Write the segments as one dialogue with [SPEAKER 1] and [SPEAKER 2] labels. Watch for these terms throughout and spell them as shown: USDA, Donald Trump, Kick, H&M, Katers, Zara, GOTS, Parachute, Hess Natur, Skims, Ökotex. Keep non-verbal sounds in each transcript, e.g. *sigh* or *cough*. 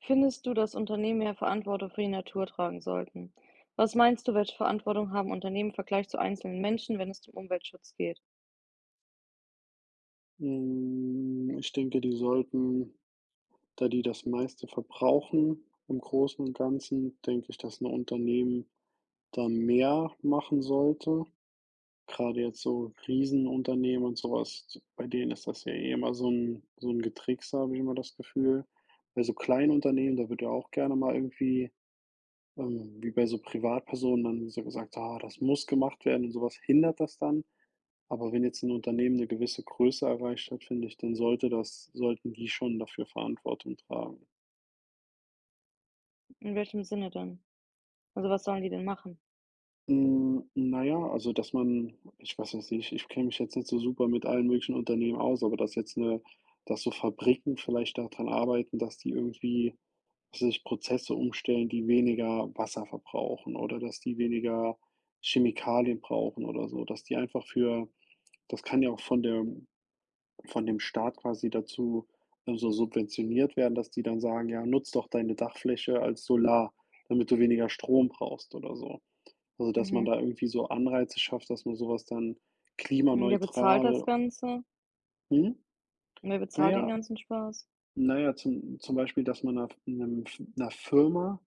[SPEAKER 1] Findest du, dass Unternehmen mehr Verantwortung für die Natur tragen sollten? Was meinst du, welche Verantwortung haben Unternehmen im Vergleich zu einzelnen Menschen, wenn es um Umweltschutz geht?
[SPEAKER 2] Hm, ich denke, die sollten, da die das meiste verbrauchen im Großen und Ganzen, denke ich, dass ein Unternehmen da mehr machen sollte. Gerade jetzt so Riesenunternehmen und sowas, bei denen ist das ja eh immer so ein Getrickse, habe ich immer das Gefühl. Bei so kleinen Unternehmen, da wird ja auch gerne mal irgendwie, wie bei so Privatpersonen dann so gesagt: „Ah, das muss gemacht werden" und sowas hindert das dann. Aber wenn jetzt ein Unternehmen eine gewisse Größe erreicht hat, finde ich, dann sollten die schon dafür Verantwortung tragen.
[SPEAKER 1] In welchem Sinne denn? Also, was sollen die denn machen?
[SPEAKER 2] Hm, na ja, also, dass man ich weiß jetzt nicht, ich kenne mich jetzt nicht so super mit allen möglichen Unternehmen aus, aber dass so Fabriken vielleicht daran arbeiten, dass die irgendwie, dass weiß Prozesse umstellen, die weniger Wasser verbrauchen oder dass die weniger Chemikalien brauchen oder so, dass die einfach für das kann ja auch von dem Staat quasi dazu, so subventioniert werden, dass die dann sagen: „Ja, nutz doch deine Dachfläche als Solar, damit du weniger Strom brauchst", oder so. Also, dass man
[SPEAKER 1] Mhm.
[SPEAKER 2] da irgendwie so Anreize schafft, dass man sowas dann
[SPEAKER 1] Und wer bezahlt das
[SPEAKER 2] klimaneutral.
[SPEAKER 1] Ganze?
[SPEAKER 2] Hm?
[SPEAKER 1] Und wer
[SPEAKER 2] Naja
[SPEAKER 1] bezahlt den
[SPEAKER 2] ja,
[SPEAKER 1] ganzen Spaß?
[SPEAKER 2] ja, zum Beispiel, dass man einer 'nem 'ner Firma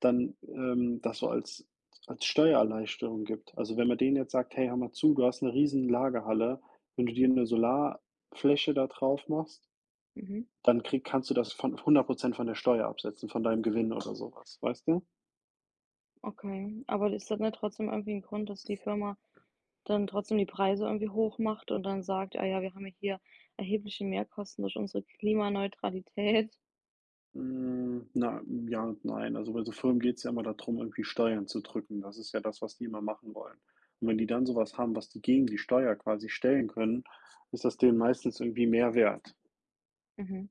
[SPEAKER 2] dann, das so als Steuererleichterung gibt. Also, wenn man denen jetzt sagt: „Hey, hör mal zu, du hast 'ne riesen Lagerhalle. Wenn du dir eine Solarfläche da drauf machst,
[SPEAKER 1] Mhm.
[SPEAKER 2] dann krieg kannst du das von 100% von der Steuer absetzen, von deinem Gewinn oder sowas, weißt du?"
[SPEAKER 1] Okay. Aber ist das nicht trotzdem irgendwie ein Grund, dass die Firma dann trotzdem die Preise irgendwie hoch macht und dann sagt, ah ja, wir haben ja hier erhebliche Mehrkosten durch unsere Klimaneutralität?
[SPEAKER 2] Hm, na, ja und nein. Also, bei so Firmen geht es ja immer darum, irgendwie Steuern zu drücken. Das ist ja das, was die immer machen wollen. Und wenn die dann sowas haben, was die gegen die Steuer quasi stellen können, ist das denen meistens irgendwie mehr wert,
[SPEAKER 1] Mhm.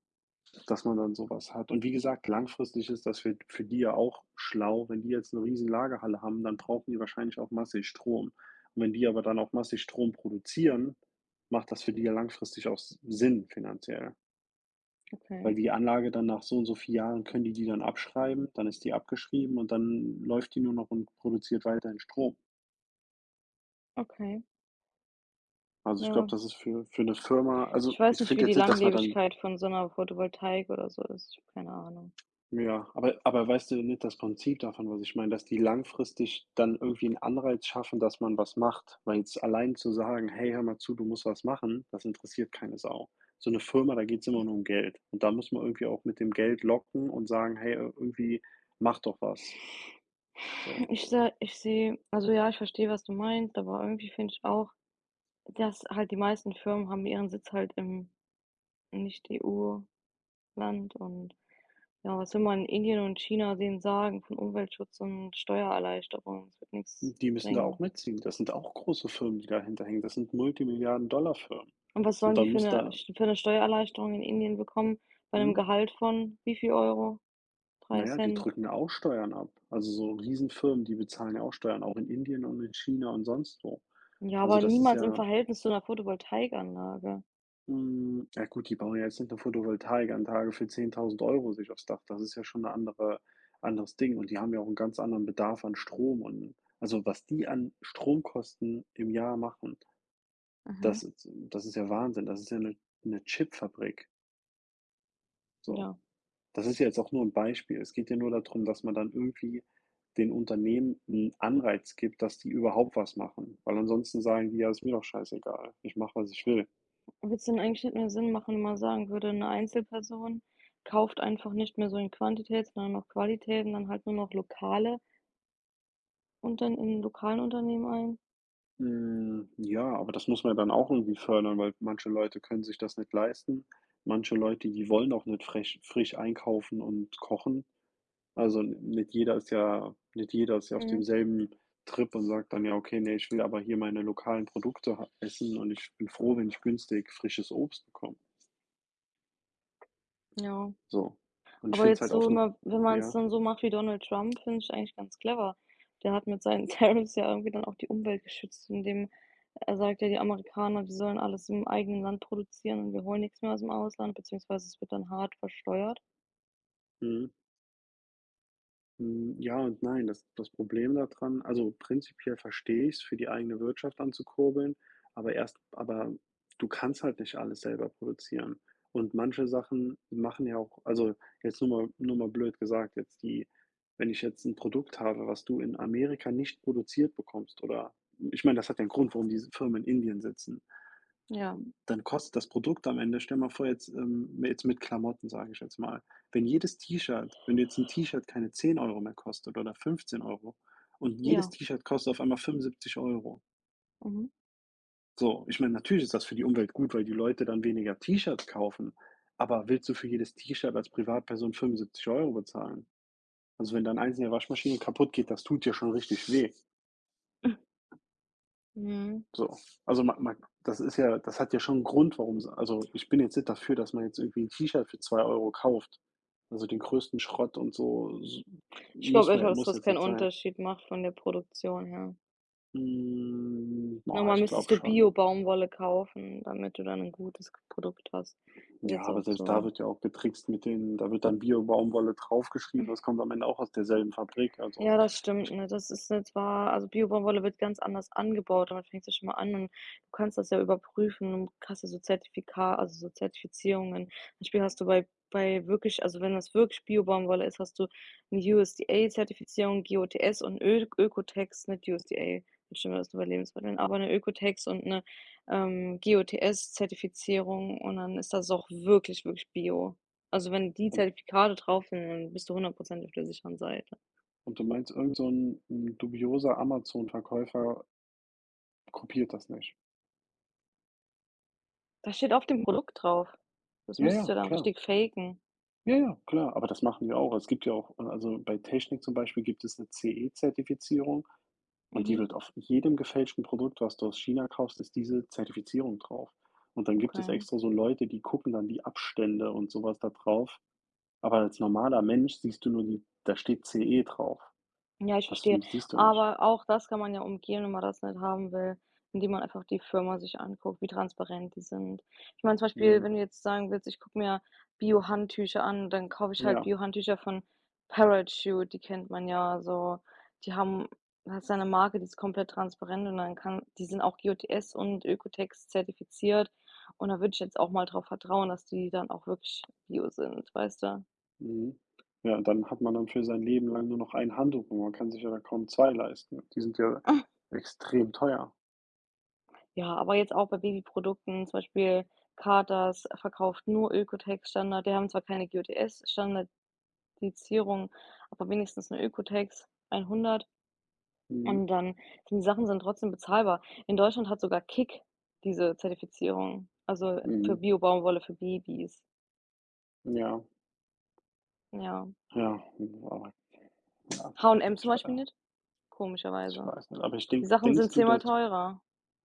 [SPEAKER 2] dass man dann sowas hat. Und wie gesagt, langfristig ist das für die ja auch schlau. Wenn die jetzt eine riesen Lagerhalle haben, dann brauchen die wahrscheinlich auch massig Strom. Und wenn die aber dann auch massig Strom produzieren, macht das für die ja langfristig auch Sinn, finanziell.
[SPEAKER 1] Okay.
[SPEAKER 2] Weil die Anlage dann nach so und so vielen Jahren können die die dann abschreiben, dann ist die abgeschrieben und dann läuft die nur noch und produziert weiterhin Strom.
[SPEAKER 1] Okay.
[SPEAKER 2] Also ich
[SPEAKER 1] Ja.
[SPEAKER 2] glaube, das ist für eine Firma,
[SPEAKER 1] Ich
[SPEAKER 2] also
[SPEAKER 1] weiß
[SPEAKER 2] ich
[SPEAKER 1] nicht, wie
[SPEAKER 2] finde
[SPEAKER 1] die
[SPEAKER 2] jetzt nicht, dass man dann.
[SPEAKER 1] Langlebigkeit von so 'ner Photovoltaik oder so ist. Ich habe keine Ahnung.
[SPEAKER 2] Ja, aber weißt du nicht das Prinzip davon, was ich meine, dass die langfristig dann irgendwie einen Anreiz schaffen, dass man was macht? Weil jetzt allein zu sagen: „Hey, hör mal zu, du musst was machen", das interessiert keine Sau. So eine Firma, da geht's immer nur um Geld. Und da muss man irgendwie auch mit dem Geld locken und sagen: „Hey, irgendwie mach doch was." So.
[SPEAKER 1] Ich sehe also ja, ich verstehe, was du meinst, aber irgendwie finde ich auch, dass halt die meisten Firmen haben ihren Sitz halt im Nicht-EU-Land, und ja, was will man in Indien und China denen sagen von Umweltschutz und Steuererleichterung? Es wird nix
[SPEAKER 2] Die müssen da auch
[SPEAKER 1] bringen.
[SPEAKER 2] mitziehen. Das sind auch große Firmen, die dahinter hängen. Das sind Multimilliarden-Dollar-Firmen.
[SPEAKER 1] Und was sollen
[SPEAKER 2] Und
[SPEAKER 1] die
[SPEAKER 2] dann muss da
[SPEAKER 1] für 'ne Steuererleichterung in Indien bekommen bei 'nem
[SPEAKER 2] mhm.
[SPEAKER 1] Gehalt von wie viel Euro? 3
[SPEAKER 2] Na ja, die
[SPEAKER 1] Cent.
[SPEAKER 2] drücken da auch Steuern ab. Also, so Riesenfirmen, die bezahlen ja auch Steuern, auch in Indien und in China und sonst wo.
[SPEAKER 1] Ja,
[SPEAKER 2] Also,
[SPEAKER 1] aber
[SPEAKER 2] das ist
[SPEAKER 1] niemals im
[SPEAKER 2] ja,
[SPEAKER 1] Verhältnis zu 'ner Photovoltaikanlage.
[SPEAKER 2] hm, ja gut, die bauen ja jetzt nicht eine Photovoltaikanlage für 10.000 Euro sich aufs Dach. Das ist ja schon ein anderes Ding und die haben ja auch einen ganz anderen Bedarf an Strom. Und also, was die an Stromkosten im Jahr machen,
[SPEAKER 1] Mhm,
[SPEAKER 2] das ist ja Wahnsinn. Das ist ja eine 'ne Chipfabrik, so.
[SPEAKER 1] ja.
[SPEAKER 2] Das ist ja jetzt auch nur ein Beispiel. Es geht ja nur darum, dass man dann irgendwie den Unternehmen 'n Anreiz gibt, dass die überhaupt was machen, weil ansonsten sagen die: „Ja, ist mir doch scheißegal. Ich mache, was ich will."
[SPEAKER 1] Würd's denn eigentlich nicht mehr Sinn machen, wenn man sagen würde, eine Einzelperson kauft einfach nicht mehr so in Quantität, sondern noch Qualität und dann halt nur noch lokale und dann in lokalen Unternehmen ein?
[SPEAKER 2] Hm, ja, aber das muss man ja dann auch irgendwie fördern, weil manche Leute können sich das nicht leisten. Manche Leute, die wollen auch nicht frech frisch einkaufen und kochen. Also, nicht jeder ist ja auf
[SPEAKER 1] Mhm,
[SPEAKER 2] demselben Trip und sagt dann: „Ja, okay, ne, ich will aber hier meine lokalen Produkte ha essen und ich bin froh, wenn ich günstig frisches Obst bekomme."
[SPEAKER 1] ja.
[SPEAKER 2] So. Und ich
[SPEAKER 1] Aber
[SPEAKER 2] finde es
[SPEAKER 1] jetzt
[SPEAKER 2] halt
[SPEAKER 1] so
[SPEAKER 2] auf eine.
[SPEAKER 1] immer wenn man es
[SPEAKER 2] Ja,
[SPEAKER 1] dann so macht wie Donald Trump, finde ich eigentlich ganz clever. Der hat mit seinen *laughs* Tariffs ja irgendwie dann auch die Umwelt geschützt, indem er sagt, ja, die Amerikaner, die sollen alles im eigenen Land produzieren und wir holen nichts mehr aus dem Ausland, beziehungsweise es wird dann hart versteuert.
[SPEAKER 2] mhm, hm, ja und nein. Das Problem daran, also, prinzipiell verstehe ich es, für die eigene Wirtschaft anzukurbeln, aber du kannst halt nicht alles selber produzieren. Und manche Sachen machen ja auch, also, jetzt nur mal blöd gesagt, jetzt die, wenn ich jetzt ein Produkt habe, was du in Amerika nicht produziert bekommst, oder ich meine, das hat ja einen Grund, warum diese Firmen in Indien sitzen.
[SPEAKER 1] Ja,
[SPEAKER 2] Dann kostet das Produkt am Ende, stell mal vor jetzt, jetzt mit Klamotten, sage ich jetzt mal. Wenn du jetzt ein T-Shirt keine 10 Euro mehr kostet oder 15 Euro und
[SPEAKER 1] ja,
[SPEAKER 2] jedes T-Shirt kostet auf einmal 75 Euro.
[SPEAKER 1] mhm.
[SPEAKER 2] So, ich meine, natürlich ist das für die Umwelt gut, weil die Leute dann weniger T-Shirts kaufen, aber willst du für jedes T-Shirt als Privatperson 75 Euro bezahlen? Also, wenn da 'ne einzelne Waschmaschine kaputt geht, das tut dir schon richtig weh.
[SPEAKER 1] Mhm.
[SPEAKER 2] So, also man ma das ist ja, das hat ja schon einen Grund, warum's, also, ich bin jetzt nicht dafür, dass man jetzt irgendwie ein T-Shirt für 2 Euro kauft. Also, den größten Schrott und so s
[SPEAKER 1] Ich glaube
[SPEAKER 2] muss
[SPEAKER 1] echt,
[SPEAKER 2] man ja,
[SPEAKER 1] dass
[SPEAKER 2] muss
[SPEAKER 1] das
[SPEAKER 2] jetzt
[SPEAKER 1] keinen
[SPEAKER 2] nicht sein.
[SPEAKER 1] Unterschied macht von der Produktion her.
[SPEAKER 2] Hm, na,
[SPEAKER 1] Normal
[SPEAKER 2] ich
[SPEAKER 1] müsstest
[SPEAKER 2] glaube
[SPEAKER 1] du
[SPEAKER 2] schon.
[SPEAKER 1] Bio-Baumwolle kaufen, damit du dann 'n gutes Produkt hast. Ist
[SPEAKER 2] Ja,
[SPEAKER 1] jetzt
[SPEAKER 2] aber
[SPEAKER 1] auch
[SPEAKER 2] selbst da
[SPEAKER 1] so.
[SPEAKER 2] wird ja auch getrickst mit den, da wird dann Bio-Baumwolle draufgeschrieben, das kommt am Ende auch aus derselben Fabrik, also,
[SPEAKER 1] Ja, das stimmt,
[SPEAKER 2] ich
[SPEAKER 1] ne? Das ist jetzt wahr. Also, Bio-Baumwolle wird ganz anders angebaut. Damit fängst du schon mal an und du kannst das ja überprüfen und hast ja so Zertifika, also, so Zertifizierungen. Zum Beispiel hast du bei wirklich, also, wenn das wirklich Bio-Baumwolle ist, hast du 'ne USDA-Zertifizierung, GOTS und Ö Ökotex, nicht USDA, bestimmt das nur bei Lebensmitteln, aber eine Ökotex und eine GOTS-Zertifizierung, und dann ist das auch wirklich, wirklich Bio. Also, wenn die
[SPEAKER 2] und
[SPEAKER 1] Zertifikate drauf sind, dann bist du 100 auf der sicheren Seite.
[SPEAKER 2] und du meinst, irgend so ein 'n dubioser Amazon-Verkäufer kopiert das nicht?
[SPEAKER 1] Das steht auf dem Produkt drauf. Das
[SPEAKER 2] Ja,
[SPEAKER 1] müsstest du
[SPEAKER 2] ja,
[SPEAKER 1] ja dann
[SPEAKER 2] klar.
[SPEAKER 1] richtig faken.
[SPEAKER 2] Ja, ja, klar, aber das machen die auch. Es gibt ja auch also bei Technik zum Beispiel gibt es 'ne CE-Zertifizierung und die
[SPEAKER 1] Mhm,
[SPEAKER 2] wird auf jedem gefälschten Produkt, was du aus China kaufst, ist diese Zertifizierung drauf. Und dann gibt es
[SPEAKER 1] okay.
[SPEAKER 2] extra so Leute, die gucken dann die Abstände und sowas da drauf. Aber als normaler Mensch siehst du nur, die da steht CE drauf.
[SPEAKER 1] Ja, ich
[SPEAKER 2] Das
[SPEAKER 1] verstehe.
[SPEAKER 2] siehst du nicht.
[SPEAKER 1] Aber auch das kann man ja umgehen, wenn man das nicht haben will, indem man einfach die Firma sich anguckt, wie transparent die sind. Ich meine zum Beispiel,
[SPEAKER 2] Mhm.
[SPEAKER 1] wenn du jetzt sagen willst: „Ich gucke mir Bio-Handtücher an“, dann kaufe ich halt
[SPEAKER 2] Ja,
[SPEAKER 1] Bio-Handtücher von Parachute, die kennt man ja so. Die haben Das ist eine Marke, die ist komplett transparent, und dann kann die sind auch GOTS und Ökotex zertifiziert, und da würde ich jetzt auch mal drauf vertrauen, dass die dann auch wirklich Bio sind, weißt du?
[SPEAKER 2] mhm. Ja, und dann hat man dann für sein Leben lang nur noch ein Handtuch und man kann sich ja dann kaum 2 leisten. Die sind ja extrem teuer.
[SPEAKER 1] Ja, aber jetzt auch bei Babyprodukten, zum Beispiel Katers verkauft nur Ökotex-Standard. Die haben zwar keine GOTS-Standardisierung, aber wenigstens eine Ökotex 100,
[SPEAKER 2] Mhm.
[SPEAKER 1] und dann die Sachen sind trotzdem bezahlbar. In Deutschland hat sogar Kick diese Zertifizierung, also für
[SPEAKER 2] Mhm.
[SPEAKER 1] Bio-Baumwolle für Babys.
[SPEAKER 2] Ja.
[SPEAKER 1] Ja.
[SPEAKER 2] Ja, aber ja,
[SPEAKER 1] H&M zum
[SPEAKER 2] ich
[SPEAKER 1] Beispiel
[SPEAKER 2] wei
[SPEAKER 1] nicht,
[SPEAKER 2] ich
[SPEAKER 1] komischerweise.
[SPEAKER 2] weiß nicht. Aber ich
[SPEAKER 1] Die Sachen sind
[SPEAKER 2] denkst du,
[SPEAKER 1] zehnmal
[SPEAKER 2] dass
[SPEAKER 1] teurer.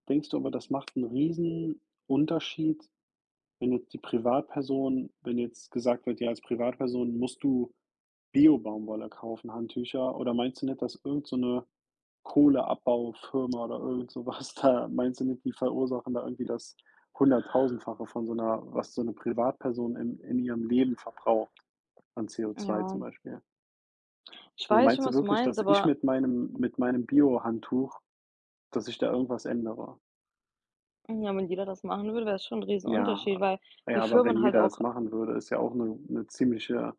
[SPEAKER 2] denkst du aber, das macht einen riesen Unterschied, wenn jetzt gesagt wird: „Ja, als Privatperson musst du Bio-Baumwolle kaufen, Handtücher." Oder meinst du nicht, dass irgend so 'ne Kohleabbaufirma oder irgend so was *laughs* da, meinst du nicht, die verursachen da irgendwie das Hunderttausendfache von so einer, was so eine Privatperson in ihrem Leben verbraucht an CO2 zum
[SPEAKER 1] Ja,
[SPEAKER 2] Beispiel?
[SPEAKER 1] ich
[SPEAKER 2] Also,
[SPEAKER 1] weiß schon,
[SPEAKER 2] meinst du
[SPEAKER 1] was du
[SPEAKER 2] wirklich,
[SPEAKER 1] meinst,
[SPEAKER 2] dass ich
[SPEAKER 1] aber
[SPEAKER 2] mit meinem Biohandtuch, dass ich da irgendwas ändere?
[SPEAKER 1] ja, wenn jeder das machen würde, wäre es schon 'n Riesenunterschied,
[SPEAKER 2] Ja,
[SPEAKER 1] weil die
[SPEAKER 2] ja, aber wenn
[SPEAKER 1] Firmen halt
[SPEAKER 2] jeder
[SPEAKER 1] auch
[SPEAKER 2] das machen würde, ist ja auch eine 'ne ziemliche,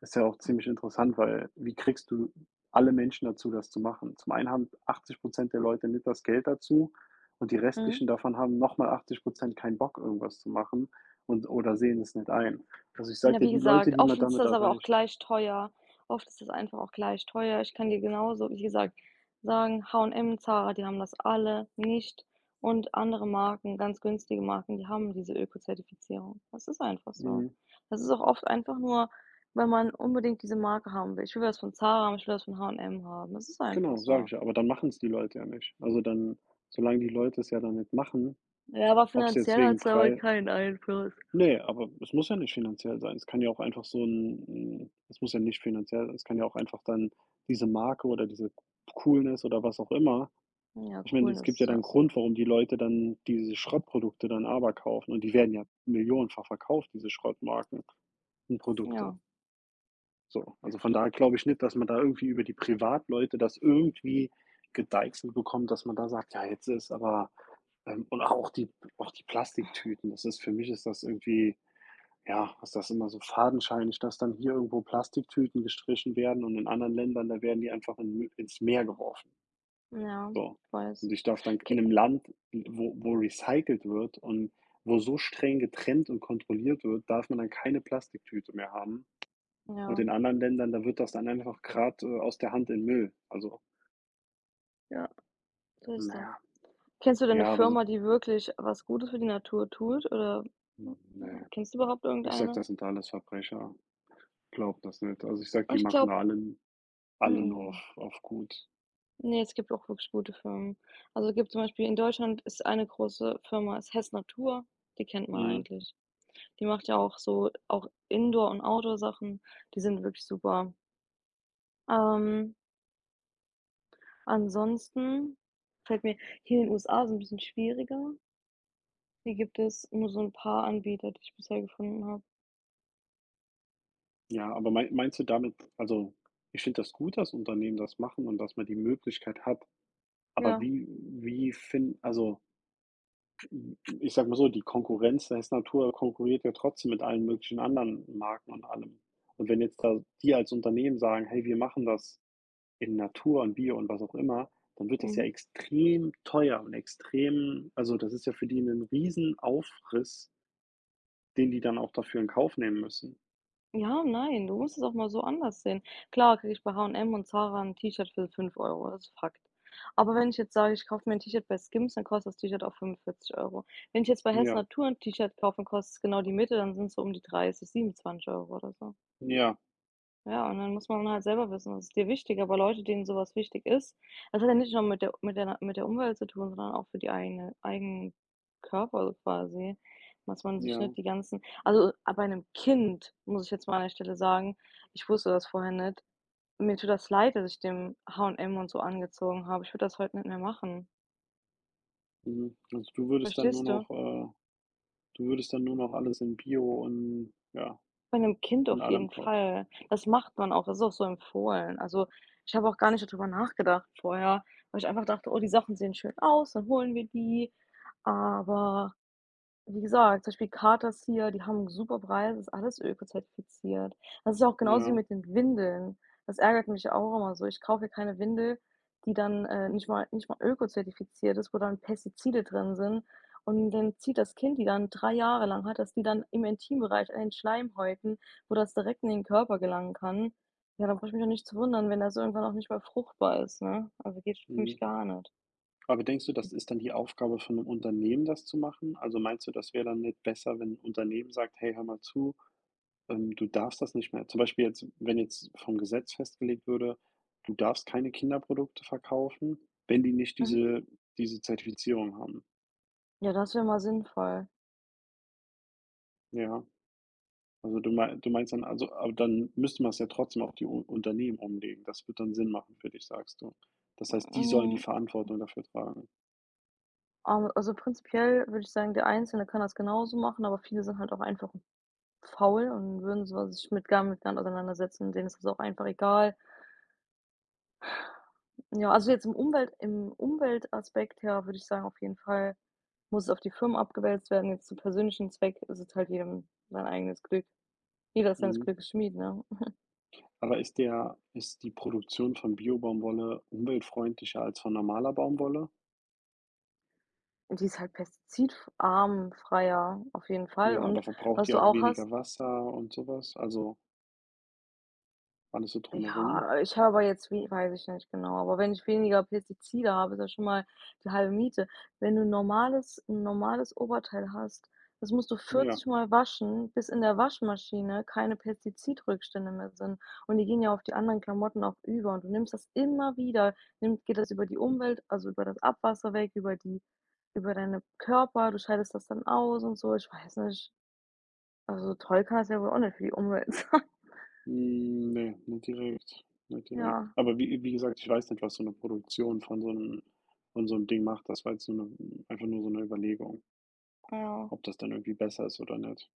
[SPEAKER 2] ist ja auch ziemlich interessant, weil wie kriegst du alle Menschen dazu, das zu machen? Zum einen haben 80 der Leute nicht das Geld dazu und die
[SPEAKER 1] mhm.
[SPEAKER 2] restlichen davon haben noch mal 80 keinen Bock, irgendwas zu machen und oder sehen es nicht ein. Also, ich sage
[SPEAKER 1] Ja,
[SPEAKER 2] dir,
[SPEAKER 1] wie
[SPEAKER 2] die Leute,
[SPEAKER 1] gesagt,
[SPEAKER 2] die
[SPEAKER 1] oft
[SPEAKER 2] man
[SPEAKER 1] ist
[SPEAKER 2] damit
[SPEAKER 1] das aber auch
[SPEAKER 2] erreicht.
[SPEAKER 1] gleich teuer. Oft ist das einfach auch gleich teuer. Ich kann dir genauso, wie gesagt, sagen, H&M, Zara, die haben das alle nicht, und andere Marken, ganz günstige Marken, die haben diese Öko-Zertifizierung. Das ist einfach so.
[SPEAKER 2] Mhm.
[SPEAKER 1] Das ist auch oft einfach nur, weil man unbedingt diese Marke haben will. Ich will was von Zara haben, ich will was von H&M haben. Das ist einfach
[SPEAKER 2] Genau, sage
[SPEAKER 1] so.
[SPEAKER 2] ich ja. Aber dann machen es die Leute ja nicht. Also dann, solange die Leute es ja dann nicht machen,
[SPEAKER 1] Ja, aber
[SPEAKER 2] ob es jetzt
[SPEAKER 1] finanziell hat
[SPEAKER 2] wegen
[SPEAKER 1] es damit
[SPEAKER 2] Preis,
[SPEAKER 1] keinen Einfluss.
[SPEAKER 2] nee, aber es muss ja nicht finanziell sein. Es kann ja auch einfach so ein, 'n es muss ja nicht finanziell sein. Es kann ja auch einfach dann diese Marke oder diese Coolness oder was auch immer,
[SPEAKER 1] Ja,
[SPEAKER 2] ich meine,
[SPEAKER 1] cool
[SPEAKER 2] es gibt
[SPEAKER 1] ist
[SPEAKER 2] ja dann
[SPEAKER 1] das.
[SPEAKER 2] Grund, warum die Leute dann diese Schrottprodukte dann aber kaufen und die werden ja millionenfach verkauft, diese Schrottmarken und
[SPEAKER 1] Ja,
[SPEAKER 2] Produkte. So, also von daher glaube ich nicht, dass man da irgendwie über die Privatleute das irgendwie gedeichselt bekommt, dass man da sagt: „Ja, jetzt ist aber" und auch die Plastiktüten. Das ist für mich ist das irgendwie, ja, ist das immer so fadenscheinig, dass dann hier irgendwo Plastiktüten gestrichen werden und in anderen Ländern, da werden die einfach in Mü ins Meer geworfen.
[SPEAKER 1] ja,
[SPEAKER 2] So.
[SPEAKER 1] ich weiß.
[SPEAKER 2] Und ich darf dann in
[SPEAKER 1] K
[SPEAKER 2] einem Land, wo recycelt wird und wo so streng getrennt und kontrolliert wird, darf man dann keine Plastiktüte mehr haben. Und
[SPEAKER 1] ja,
[SPEAKER 2] in anderen Ländern, da wird das dann einfach grad, aus der Hand in Müll. Also,
[SPEAKER 1] ja, so ist das.
[SPEAKER 2] naja
[SPEAKER 1] Kennst du denn 'ne
[SPEAKER 2] ja, ja, aber so,
[SPEAKER 1] Firma, die wirklich was Gutes für die Natur tut, oder
[SPEAKER 2] hm, ne,
[SPEAKER 1] kennst du überhaupt
[SPEAKER 2] ich sag,
[SPEAKER 1] irgendeine?
[SPEAKER 2] das sind alles Verbrecher. Glaube das nicht. Also, ich sag, die
[SPEAKER 1] Ich
[SPEAKER 2] machen
[SPEAKER 1] glaube,
[SPEAKER 2] da alle, alle nur
[SPEAKER 1] mm
[SPEAKER 2] auf gut.
[SPEAKER 1] ne, es gibt auch wirklich gute Firmen. Also, gibt zum Beispiel in Deutschland, ist eine große Firma ist Hess Natur, die kennt man
[SPEAKER 2] Mhm.
[SPEAKER 1] eigentlich. Die macht ja auch so auch Indoor und Outdoor-Sachen, die sind wirklich super. Ähm, Ansonsten fällt mir hier in den USA ist 'n bisschen schwieriger. Hier gibt es nur so 'n paar Anbieter, die ich bisher gefunden habe.
[SPEAKER 2] Ja, aber meinst du damit, also, ich finde das gut, dass Unternehmen das machen und dass man die Möglichkeit hat, aber
[SPEAKER 1] Ja,
[SPEAKER 2] wie wie fin also, ich sag mal so, die Konkurrenz da, ist Natur, konkurriert ja trotzdem mit allen möglichen anderen Marken und allem. Und wenn jetzt da die als Unternehmen sagen: „Hey, wir machen das" in Natur und Bio und was auch immer, dann wird das ja
[SPEAKER 1] mhm.
[SPEAKER 2] extrem teuer und extrem, also, das ist ja für die 'nen Riesenaufriss, den die dann auch dafür in Kauf nehmen müssen.
[SPEAKER 1] Ja, nein, du musst es auch mal so anders sehen. Klar kriege ich bei H&M und Zara ein T-Shirt für 5 Euro, das ist Fakt. Aber wenn ich jetzt sage, ich kaufe mir ein T-Shirt bei Skims, dann kostet das T-Shirt auch 45 Euro. Wenn ich jetzt bei Hess
[SPEAKER 2] Ja,
[SPEAKER 1] Natur ein T-Shirt kaufe und kostet es genau die Mitte, dann sind's so um die 30, 27 Euro oder so.
[SPEAKER 2] ja,
[SPEAKER 1] Ja, und dann muss man halt selber wissen, was ist dir wichtig, aber Leute, denen sowas wichtig ist, das hat ja nicht nur mit der mit der Umwelt zu tun, sondern auch für die eigenen Körper so quasi, dass man sich
[SPEAKER 2] ja.
[SPEAKER 1] nicht die ganzen, also, a bei 'nem Kind muss ich jetzt mal an der Stelle sagen, ich wusste das vorher nicht. Mir tut das leid, dass ich dem H&M und so angezogen habe. Ich würde das heute nicht mehr machen.
[SPEAKER 2] Mhm. Also, du würdest dann nur
[SPEAKER 1] Verstehst du?
[SPEAKER 2] noch du würdest dann nur noch alles in Bio und ja,
[SPEAKER 1] Bei einem Kind
[SPEAKER 2] und
[SPEAKER 1] auf
[SPEAKER 2] allem
[SPEAKER 1] jeden
[SPEAKER 2] kaufen.
[SPEAKER 1] Fall. Das macht man auch, das ist auch so empfohlen. Also, ich habe auch gar nicht darüber nachgedacht vorher, weil ich einfach dachte: „Oh, die Sachen sehen schön aus, dann holen wir die.“ Aber wie gesagt, zum Beispiel Katas hier, die haben super Preise, ist alles ökozertifiziert. Das ist ja auch genauso wie
[SPEAKER 2] Ja,
[SPEAKER 1] mit den Windeln. Das ärgert mich ja auch immer so. Ich kaufe hier keine Windel, die dann, nicht mal ökozertifiziert ist, wo dann Pestizide drin sind. Und dann zieht das Kind die dann 3 Jahre lang hat, dass die dann im Intimbereich an den Schleimhäuten, wo das direkt in den Körper gelangen kann. Ja, dann brauche ich mich auch nicht zu wundern, wenn das irgendwann auch nicht mehr fruchtbar ist, ne? Also, geht für
[SPEAKER 2] mhm.
[SPEAKER 1] mich gar nicht.
[SPEAKER 2] Aber denkst du, das ist dann die Aufgabe von einem Unternehmen, das zu machen? Also, meinst du, das wäre dann nicht besser, wenn ein Unternehmen sagt: „Hey, hör mal zu, ähm, du darfst das nicht mehr, zum Beispiel jetzt, wenn jetzt vom Gesetz festgelegt würde, du darfst keine Kinderprodukte verkaufen, wenn die nicht
[SPEAKER 1] Mhm.
[SPEAKER 2] diese Zertifizierung haben."
[SPEAKER 1] Ja, das wäre mal sinnvoll.
[SPEAKER 2] Ja, also du meinst dann, also, aber dann müsste man es ja trotzdem auf die U Unternehmen umlegen. Das wird dann Sinn machen für dich, sagst du. Das heißt, die sollen die
[SPEAKER 1] Hm,
[SPEAKER 2] Verantwortung dafür tragen.
[SPEAKER 1] al also, prinzipiell würde ich sagen, der Einzelne kann das genauso machen, aber viele sind halt auch einfach faul und würden so sich mit gar nicht auseinandersetzen, denen ist das auch einfach egal. Ja, also, jetzt im Umweltaspekt her würde ich sagen, auf jeden Fall muss es auf die Firma abgewälzt werden, jetzt zum persönlichen Zweck? Es ist es halt jedem sein eigenes Glück. Jeder ist seines
[SPEAKER 2] Mhm.
[SPEAKER 1] Glückes Schmied, ne?
[SPEAKER 2] Aber ist die Produktion von Biobaumwolle umweltfreundlicher als von normaler Baumwolle?
[SPEAKER 1] Die ist halt pestizidarm freier auf jeden Fall
[SPEAKER 2] Ja,
[SPEAKER 1] und
[SPEAKER 2] aber verbraucht
[SPEAKER 1] was
[SPEAKER 2] die
[SPEAKER 1] du
[SPEAKER 2] auch
[SPEAKER 1] auch hast.
[SPEAKER 2] weniger Wasser und sowas? Also alles so drumherum?
[SPEAKER 1] Ja, ich habe jetzt wie weiß ich nicht genau, aber wenn ich weniger Pestizide habe, ist das schon mal die halbe Miete. Wenn du 'n normales Oberteil hast, das musst du
[SPEAKER 2] Ja,
[SPEAKER 1] 40 Mal waschen, bis in der Waschmaschine keine Pestizidrückstände mehr sind. Und die gehen ja auf die anderen Klamotten auch über und du nimmst das immer wieder, nimmt geht das über die Umwelt, also über das Abwasser weg, über die über deinen Körper, du scheidest das dann aus und so. Ich weiß nicht. Also, toll kann das ja wohl auch nicht für die Umwelt *laughs* sein.
[SPEAKER 2] hm, ne, nicht direkt, nicht direkt.
[SPEAKER 1] Ja,
[SPEAKER 2] Aber wie gesagt, ich weiß nicht, was so eine Produktion von so einem, von so einem Ding macht. Das war jetzt so 'ne, einfach nur so eine Überlegung,
[SPEAKER 1] ja.
[SPEAKER 2] ob das dann irgendwie besser ist oder nicht.